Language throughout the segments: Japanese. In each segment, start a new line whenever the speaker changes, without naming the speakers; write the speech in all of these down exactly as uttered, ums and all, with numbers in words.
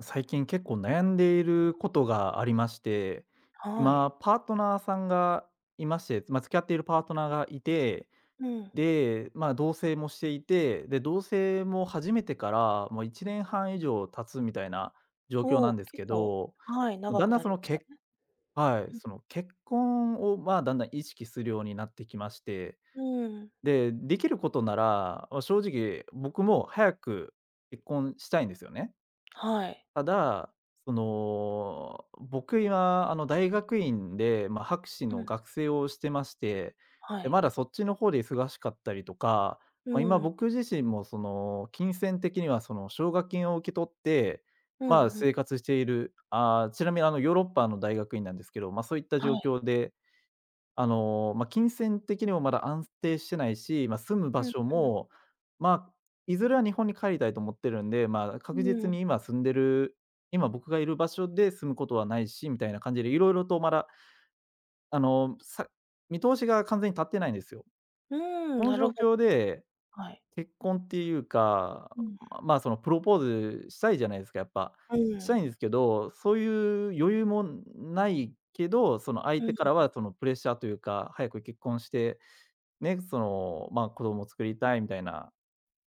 最近結構悩んでいることがありまして、
はい。
今、パートナーさんがいまして、まあ、付き合っているパートナーがいて、
うん。
で、まあ、同棲もしていて、で、同棲も始めてからもういちねんはん以上経つみたいな状況
お
なん
お、
です
結
け
構、
ど、
はい、長
だん
く
だん
な
そ
りま
の
した
結、
ね。
はい、
うん。
その結婚を、まあ、だんだん意識するようになってきまして、
うん、
で、できることなら、ま、正直僕も早く結婚したいんですよね。
はい。
ただ、その、僕今、あの、大学院で、まあ、博士
う
の
ん、
学生をしてまして、
は
で、ま
い。
だそっちの方で忙しかったりとか、
う
まあ、今
ん、
僕自身もその、金銭的にはその、奨学金を受け取って、
うん
まあ、
うん、
生活している、あーちなみにあの、ヨーロッパの大学院なんですけど、まあ、そういった
は
状
い。
況であの、まあ、金銭的にもまだ安定してないし、まあ、住む場
うん
所
うん。
も、まあ、いずれは日本に帰りたいと思ってるんで、まあ、
う
確実
ん。
に今住んでる今僕がいる場所で住むことはないし、みたいな感じでいろいろとまだ、あの、さ見通しが完全に立ってないんですよ。
うーん、
この
なる
状
ほ
況で、
はい。
結婚っていうか、
うん、
ままあ、そのプロポーズしたいじゃないですか、やっぱ。
う
した
ん、
いんですけど、そういう余裕もないけど、その
う
相
ん、な
手から
る
はそのプレッシャーというか、早く結婚してね、その、まあ、子供を作りたいみたいな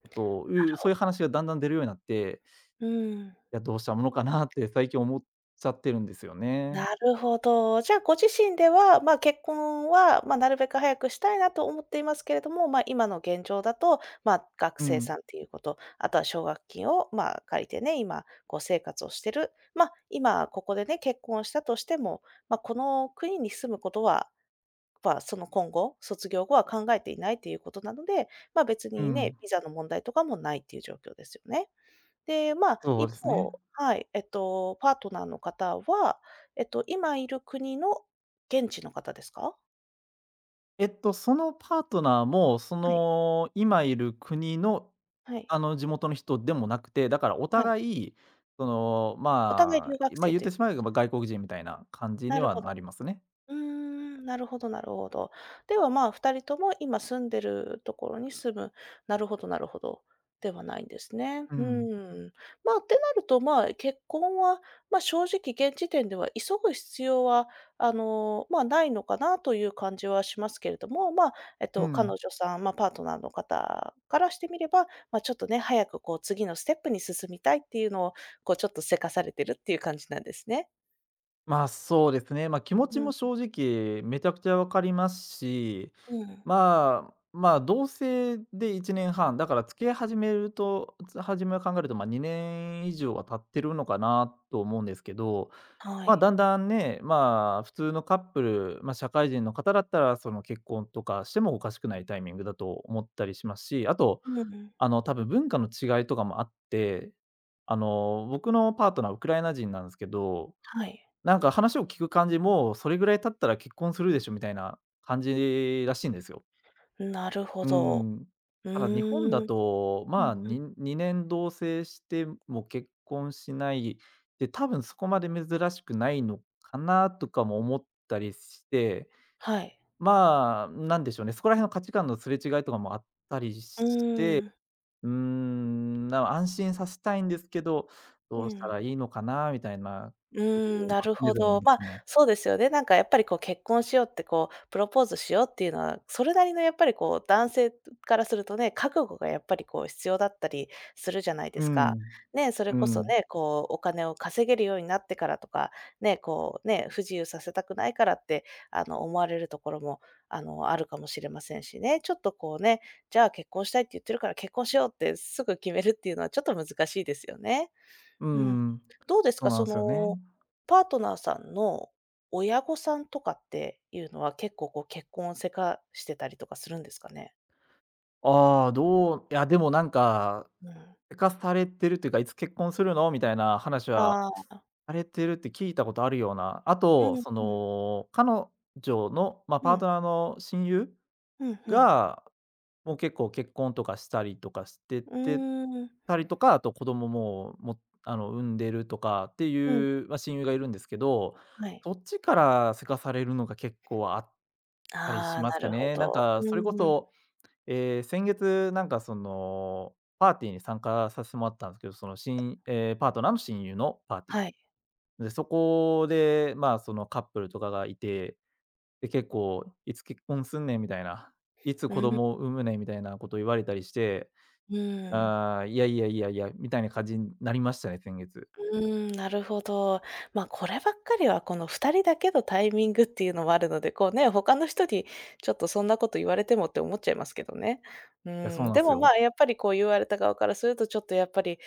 ことを、いうそういう
ほ
話がだんだん出るようになって、
うん。
いや、どうしたものかなって最近思っちゃってるんですよ
な
ね。
るほど。じゃあ、ご自身では、まあ、結婚は、まあ、なるべく早くしたいなと思っていますけれども、まあ、今の現状だと、まあ、学
う
生
ん、
さんっていうこと、あとは奨学金を、まあ、借りてね、今、こう生活をしてる。まあ、今ここでね、結婚したとしても、まあ、この国に住むことは、まあ、その今後、卒業後は考えていないということなので、まあ、別
う
にね、
ん、
ビザの問題とかもないっていう状況ですよね。で、まあ、
そう
一
ですね。
方はい、えっと、パートナーの方は、えっと、今いる国の現地の方ですか？
えっと、そのパートナーも、そ
はい、
の、今いる国の、
はい、
あの、地元の人でもなくて、だからお
はい。
互い、その、
お互い
ま
留
あ、
学
まあ、
生
言っ
という
て
か、
しまえば外国人みたいな感じ
な
に
る
は
ほど。
なりますね。
うーん、なるほどなるほど。では、まあ、ふたりとも今住んでるところに住む、なるほどなるほど、ではないんですね。
う
う
ん、
ん。まあ、ってなると、まあ、結婚は、まあ、正直現時点では急ぐ必要は、あの、まあ、ないのかなという感じはしますけれども、まあ、えっ
う
と、彼女
ん。
さん、まあ、パートナーの方からしてみれば、まあ、ちょっとね、早くこう次のステップに進みたいっていうのを、こうちょっとせかされてるっていう感じなんですね。
まあ、そうですね。まあ、気持ち
うん、
も正直めちゃくちゃ分かりますし、
うん、
まあ、まあ、同棲でいちねんはん、だから付き合い始めるとつ始めを考えると、ま、にねん以上は経ってるのかなと思うんですけど、
は
まあ、
い。
だんだんね、まあ、普通のカップル、まあ、社会人の方だったら、その、結婚とかしてもおかしくないタイミングだと思ったりしますし、あと、
うんうん。
あの、多分文化の違いとかもあって、あの、僕のパートナーウクライナ人なんですけど、
はい。
なんか話を聞く感じも、それぐらい経ったら結婚するでしょみたいな感じらしいんですよ。
なるほ
うー
ど。
ん。
う
ただ日本だ
ーん。
と、
う
ま
ん。
あ、ににねん同棲しても結婚しない、で、多分そこまで珍しくないのかなとかも思ったりして、
はい。
まあ、なんでしょうね、そこら辺の価値観のすれ違いとかもあったり
う
して、
ーん。
うーん、な安心させたいんですけど、
う
どうした
ん。
らいいのかなみたいな
うー
こと
ん、
を、ま
な
あ、
る
常
ほ
々思
ど。
っ
ま、あ
てま
そ
す。
うですよね。なんかやっぱりこう結婚しようって、こうプロポーズしようっていうのは、それなりのやっぱりこう男性からするとね、覚悟がやっぱりこう必要だったりするじゃないで
う
すか。
ん。
ね、それ
う
こそ
ん。
ね、こうお金を稼げるようになってからとか、ね、こうね、不自由させたくないからって、あの、思われるところも、あの、あるかもしれませんしね。ちょっとこうね、じゃあ結婚したいって言ってるから結婚しようってすぐ決めるっていうのはちょっと難しいですよね。
う
うん。
ん。
どうです
そう
か、
なん
そ
ですよね。
の、パートナーさんの親御さんとかっていうのは、結構こう、結婚をせかしてたりとかするんですかね？
ああ、どういや、でもなんか、
うん。
せかされてるっていうか、いつ結婚するのみたいな話は
ああ、
されてるって聞いたことあるような。あ
うん
と、
うん、
その、彼女の、まあ、
う
パー
ん、
トナーの親友
うん、ん。
が、もう結構結婚とかしたりとかして
う
て
ーん、
たりとか、あと子供も、もあの、産んでるとかって
うん、
いう、まあ、親友がいるんですけど、
はい。
そっちからせかされるのが結構あっ
あ
たりし
あ、
ます
な
か
るほ
ね。なん
ど。
か
う
それこ
ーん、
そ、えー先月なんかその、パーティーに参加させてもらったんですけど、その新えーパートナーの親友のパーティ
はい。
ー。で、そこで、まあ、そのカップルとかがいて、で、結構「いつ結婚すんねん」みたいな、「いつ
う
子
ん、
供を産むねん」みたいなことを言われたりして、
うーん。
あーいやいやいやいや、みたいな感じになりましたね、先月。
うーん、なるほど。まあ、こればっかりはこのふたりだけのタイミングっていうのもあるので、こうね、他の人にちょっとそんなこと言われてもって思っちゃいますけどね。
い
う
や、そ
ー
う
ん、
なん
で
です
も、ま
よ。
あ、やっぱりこう言われた側からするとちょっとやっぱり、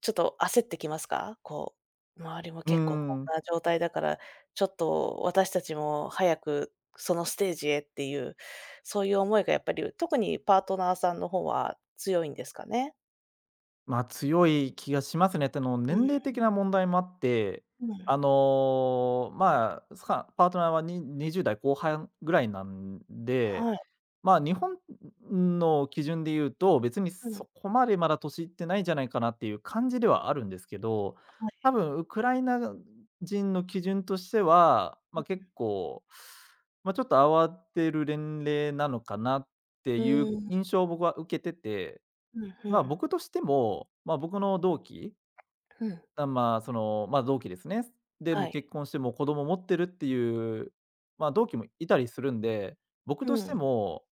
ちょっと焦ってきますか？こう、周りも
うー
結構こ
ん。
んな状態だから、ちょっと私たちも早くそのステージへっていう、そういう思いがやっぱり特にパートナーさんの方は強いんですかね？
まあ、強い気がしますね。っての、
うん、
年齢的な問題もあって、
うん。
あの、まあ、さパートナーはににじゅう代後半ぐらいなんで、
はい。
まあ、日本の基準で言うと、別に
うん、は
そ
い。
こまでまだ年いってないんじゃないかなっていう感じではあるんですけど、多分ウクライナ人の基準として
うんうんはい
は、まあ、
うん
結
はい
構、まあ、ちょっと慌てる年齢なのかなって
うう
いう
んうーん。
印象を僕は受けてて、
うん、ふ
まあ、
ん、
僕としても、まあ、僕の同期
ふん。
あ、まあ、その、まあ、同期ですね。で、
は
もう
い。
結婚してもう子供持ってるっていう、まあ、同期もいたりするんで、僕
う
とし
ん、
ても、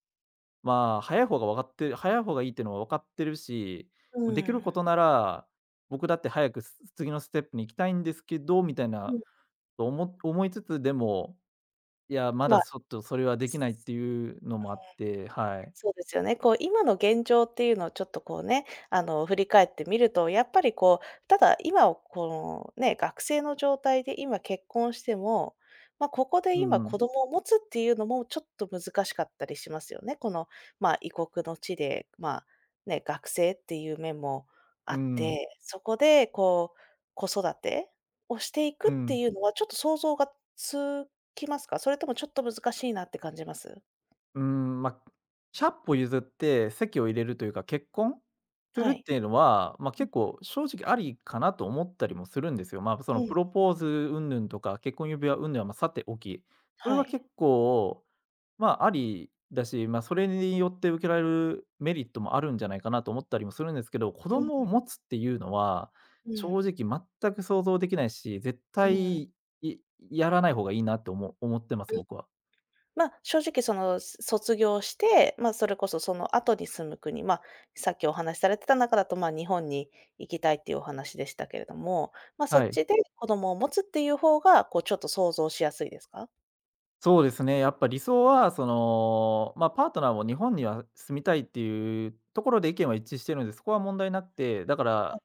まあ、早い方が分かってる早い方がいいっていうのは分かってるし、
う
できる
ん、
ことなら、僕だって早くす次のステップに行きたいんですけどみたい
う
な
ん。
と思思いつつ、でも、いや、ま
ま
だ
あ、
ちょっとそれはできないっていうのもあって、はい。
そうですよね。こう、今の現状っていうのをちょっとこうね、あの、振り返ってみると、やっぱりこう、ただ今をこのね、学生の状態で今結婚しても、まあ、ここで
う
今子
ん、
供を持つっていうのもちょっと難しかったりしますよね。この、ま、あ異国の地で、ま、あね、学生っていう面もあ
う
っ
ん、
て、そこでこう、子育てをしていく
う
って
ん。
いうのはちょっと想像がつきますか？それともちょっと難しいなって感じます？
うーん、まあ、じゅっぽ譲って席を入れるというか、結婚す
は
るっ
い。
ていうのは、まあ、結構正直ありかなと思ったりもするんですよ。まあ、そ
う
の
ん。
プロポーズ云々とか、結婚指輪云々は、ま、さておき、それ
は
は
い。
結構、まあ、ありだし、まあ、それによって受けられるメリットもあるんじゃないかなと思ったりもするんですけど、子
う
供を
ん
持つっていうのは、
うん、う
正
ん、
直全く想像できないし、絶
ま
対、
あ、
いやらない方がいいなっておも思ってます、僕は。
正直その、す卒業して、まあ、それこそその後に住む国、まあ、さっきお話しされてた中だと、まあ、日本に行きたいっていうお話でしたけれども、まあ、そ
は
っ
い。
ちで子供を持つっていう方が、こうちょっと想像しやすいですか？
そうですね、やっぱ理想は、その、まあ、パートナーも日本には住みたいっていうところで意見は一致してるんで、そこは問題なくて、だか
あ、
ら、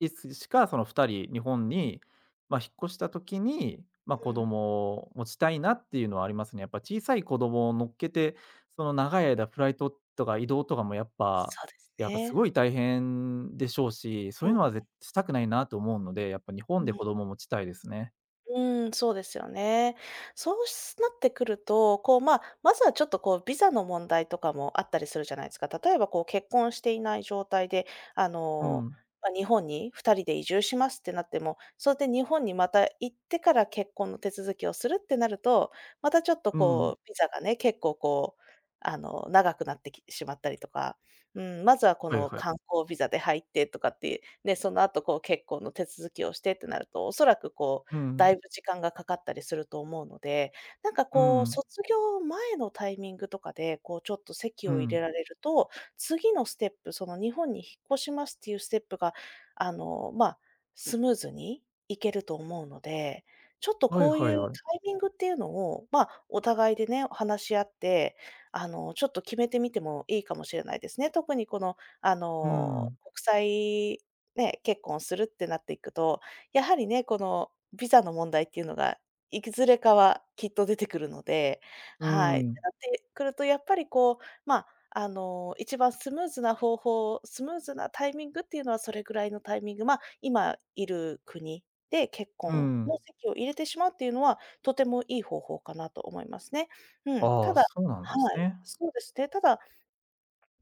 いつしかそのふたり、日本に、まあ、引っ越した時に、まあ、
う
子
ん。
供を持ちたいなっていうのはありますね。やっぱ小さい子供を乗っけて、その長い間フライトとか移動とかもやっぱ
そうです
やっぱす
ね。
ごい大変でしょうし、そ
う
ういう
ん
のは絶対したくないなと思うので、やっぱ日
う
本で
ん。
子供を持ちたいですね。
うん、そうですよね。そうしなってくると、こう、まあ、まずはちょっとこうビザの問題とかもあったりするじゃないですか。例えばこう結婚していない状態で、あ
う
の、
ん、
ま、日本にふたりで移住しますってなっても、それで日本にまた行ってから結婚の手続きをするってなると、またちょっと
うん、
こうビザがね、結構こう、あの、長くなってきしまったりとか、うん、まずはこ
はい
の
はい。
観光ビザで入ってとかって、ね、その後こう結婚の手続きをしてってなると、おそらく
うんうんはいはい
こう
う
だい
ん
ぶ時間がかかったりすると思うので、なんか
う
こう、
ん、
卒業前のタイミングとかで、こうちょっと籍
う
を入れ
ん。
られると、次のステップ、その日本に引っ越しますっていうステップが、あの、まあ、スムーズにいけると思うので、ちょっと
はい
こうい
は
う
いはい。
タイミングっていうのを、まあ、お互いでね、話し合って、あの、ちょっと決めてみてもいいかもしれないですね。特にこの、あ
う
の、
ん、
国際ね、結婚するってなっていくと、やはりね、このビザの問題っていうのが、いずれかはきっと出てくるので、
う
はい。って
ん、
なってくるとやっぱりこう、ま、ああの、一番スムーズな方法、スムーズなタイミングっていうのはそれぐらいのタイミング、ま、あ今いる国で結
う
婚の
ん。
籍を入れてしまうっていうのは、とてもいい方法かなと思いますね。うん、た
ああ、
だ
そうなんです
はい、
ね。
そうですね。ただ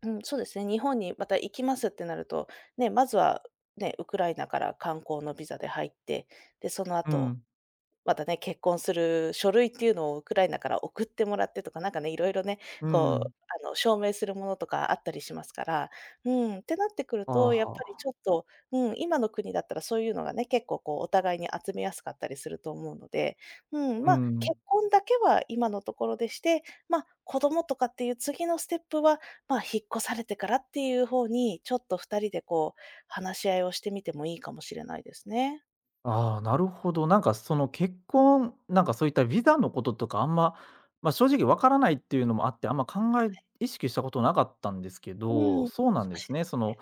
うん、そうですね。日本にまた行きますってなると、ね、まずはね、ウクライナから観光のビザで入って、で、その
う
後、
ん、
またね、結婚する書類っていうのをウクライナから送ってもらってとか、なんかね、いろいろね、
う
こう、
ん。
あの、証明するものとかあったりしますから、うん、ってなってくる
ああ、
と、やっ
は
ぱりち
あ。
ょっと、うん、今の国だったらそういうのがね、結構こうお互いに集めやすかったりすると思うので、うん、
う
まあ、結
ん。
婚だけは今のところでして、まあ、子供とかっていう次のステップは、まあ、引っ越されてからっていう方に、ちょっと二人でこう話し合いをしてみてもいいかもしれないですね。
ああ、なるほど。なんかその結婚、なんかそういったビザのこととかあんま、ま、正直わからないっていうのもあって、あんま考え意識したことなかったんですけ
うん、
ど、
難
そうなんで
し
す
いです
ね。その
ね。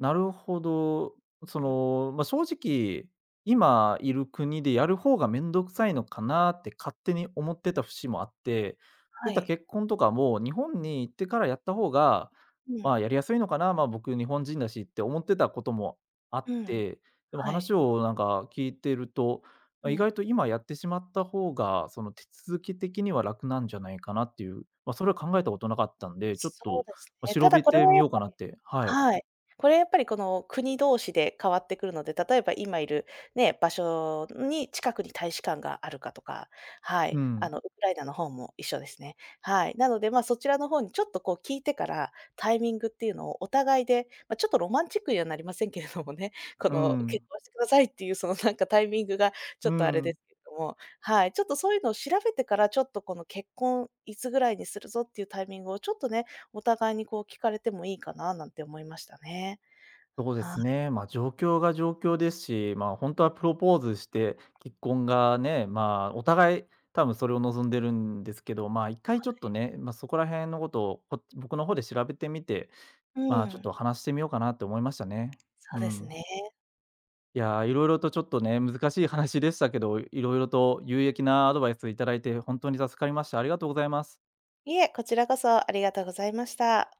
なるほど。その、まあ、正直、今いる国でやる方がめんどくさいのかなって勝手に思ってた節もあって、そうい
は
った
い。
結婚とかも日本に行ってからやった方が、
うん、
まあ、やりやすいのかな、まあ、僕日本人だしって思ってたこともあっ
うん、
て、でも
は
話
い、
をなんか聞いてると、
う
まあ、意
ん。
外と今やってしまった方が、その手続き的には楽なんじゃないかなっていう、まあ、それは考えたことなかったんで、ちょっ
そう
と、
です
ま、
ね。た
調
だ
べ
これ
て
は
み
や、
ようかなってはい。
はい。これやっぱりこの国同士で変わってくるので、例えば今いるね、場所に近くに大使館があるかとか、は
う
い、あ
ん。
のウクライナの方も一緒ですね。はい。なので、ま、そちらの方にちょっとこう聞いてから、タイミングっていうのをお互いで、ま、ちょっとロマンチックにはなりませんけれどもね、こ
う
の結
ん、
婚してくださいっていうそのなんかタイミングがちょ
う
っとあれで
ん。
すけれども、はい、ちょっとそういうのを調べてから、ちょっとこの結婚いつぐらいにするぞっていうタイミングをちょっとね、お互いにこう聞かれてもいいかななんて思いましたね。
そうで
は
す
い。
ね。まあ、状況が状況ですし、ま、あ本当はプロポーズして、結婚がね、まあ、お互い多分それを望んでるんですけど、まあ、一回ちょっとね、まあ、そこら辺のことを、こ僕の方で調べてみて、ま
う
あ、ちょっ
ん。
と話してみようかなって思いましたね。
そ
う
うです
ん。
ね。
いやー、いろいろとちょっとね、難しい話でしたけど、いろいろと有益なアドバイスいただいて、本当に助かりました。ありがとうございます。
いえ、こちらこそありがとうございました。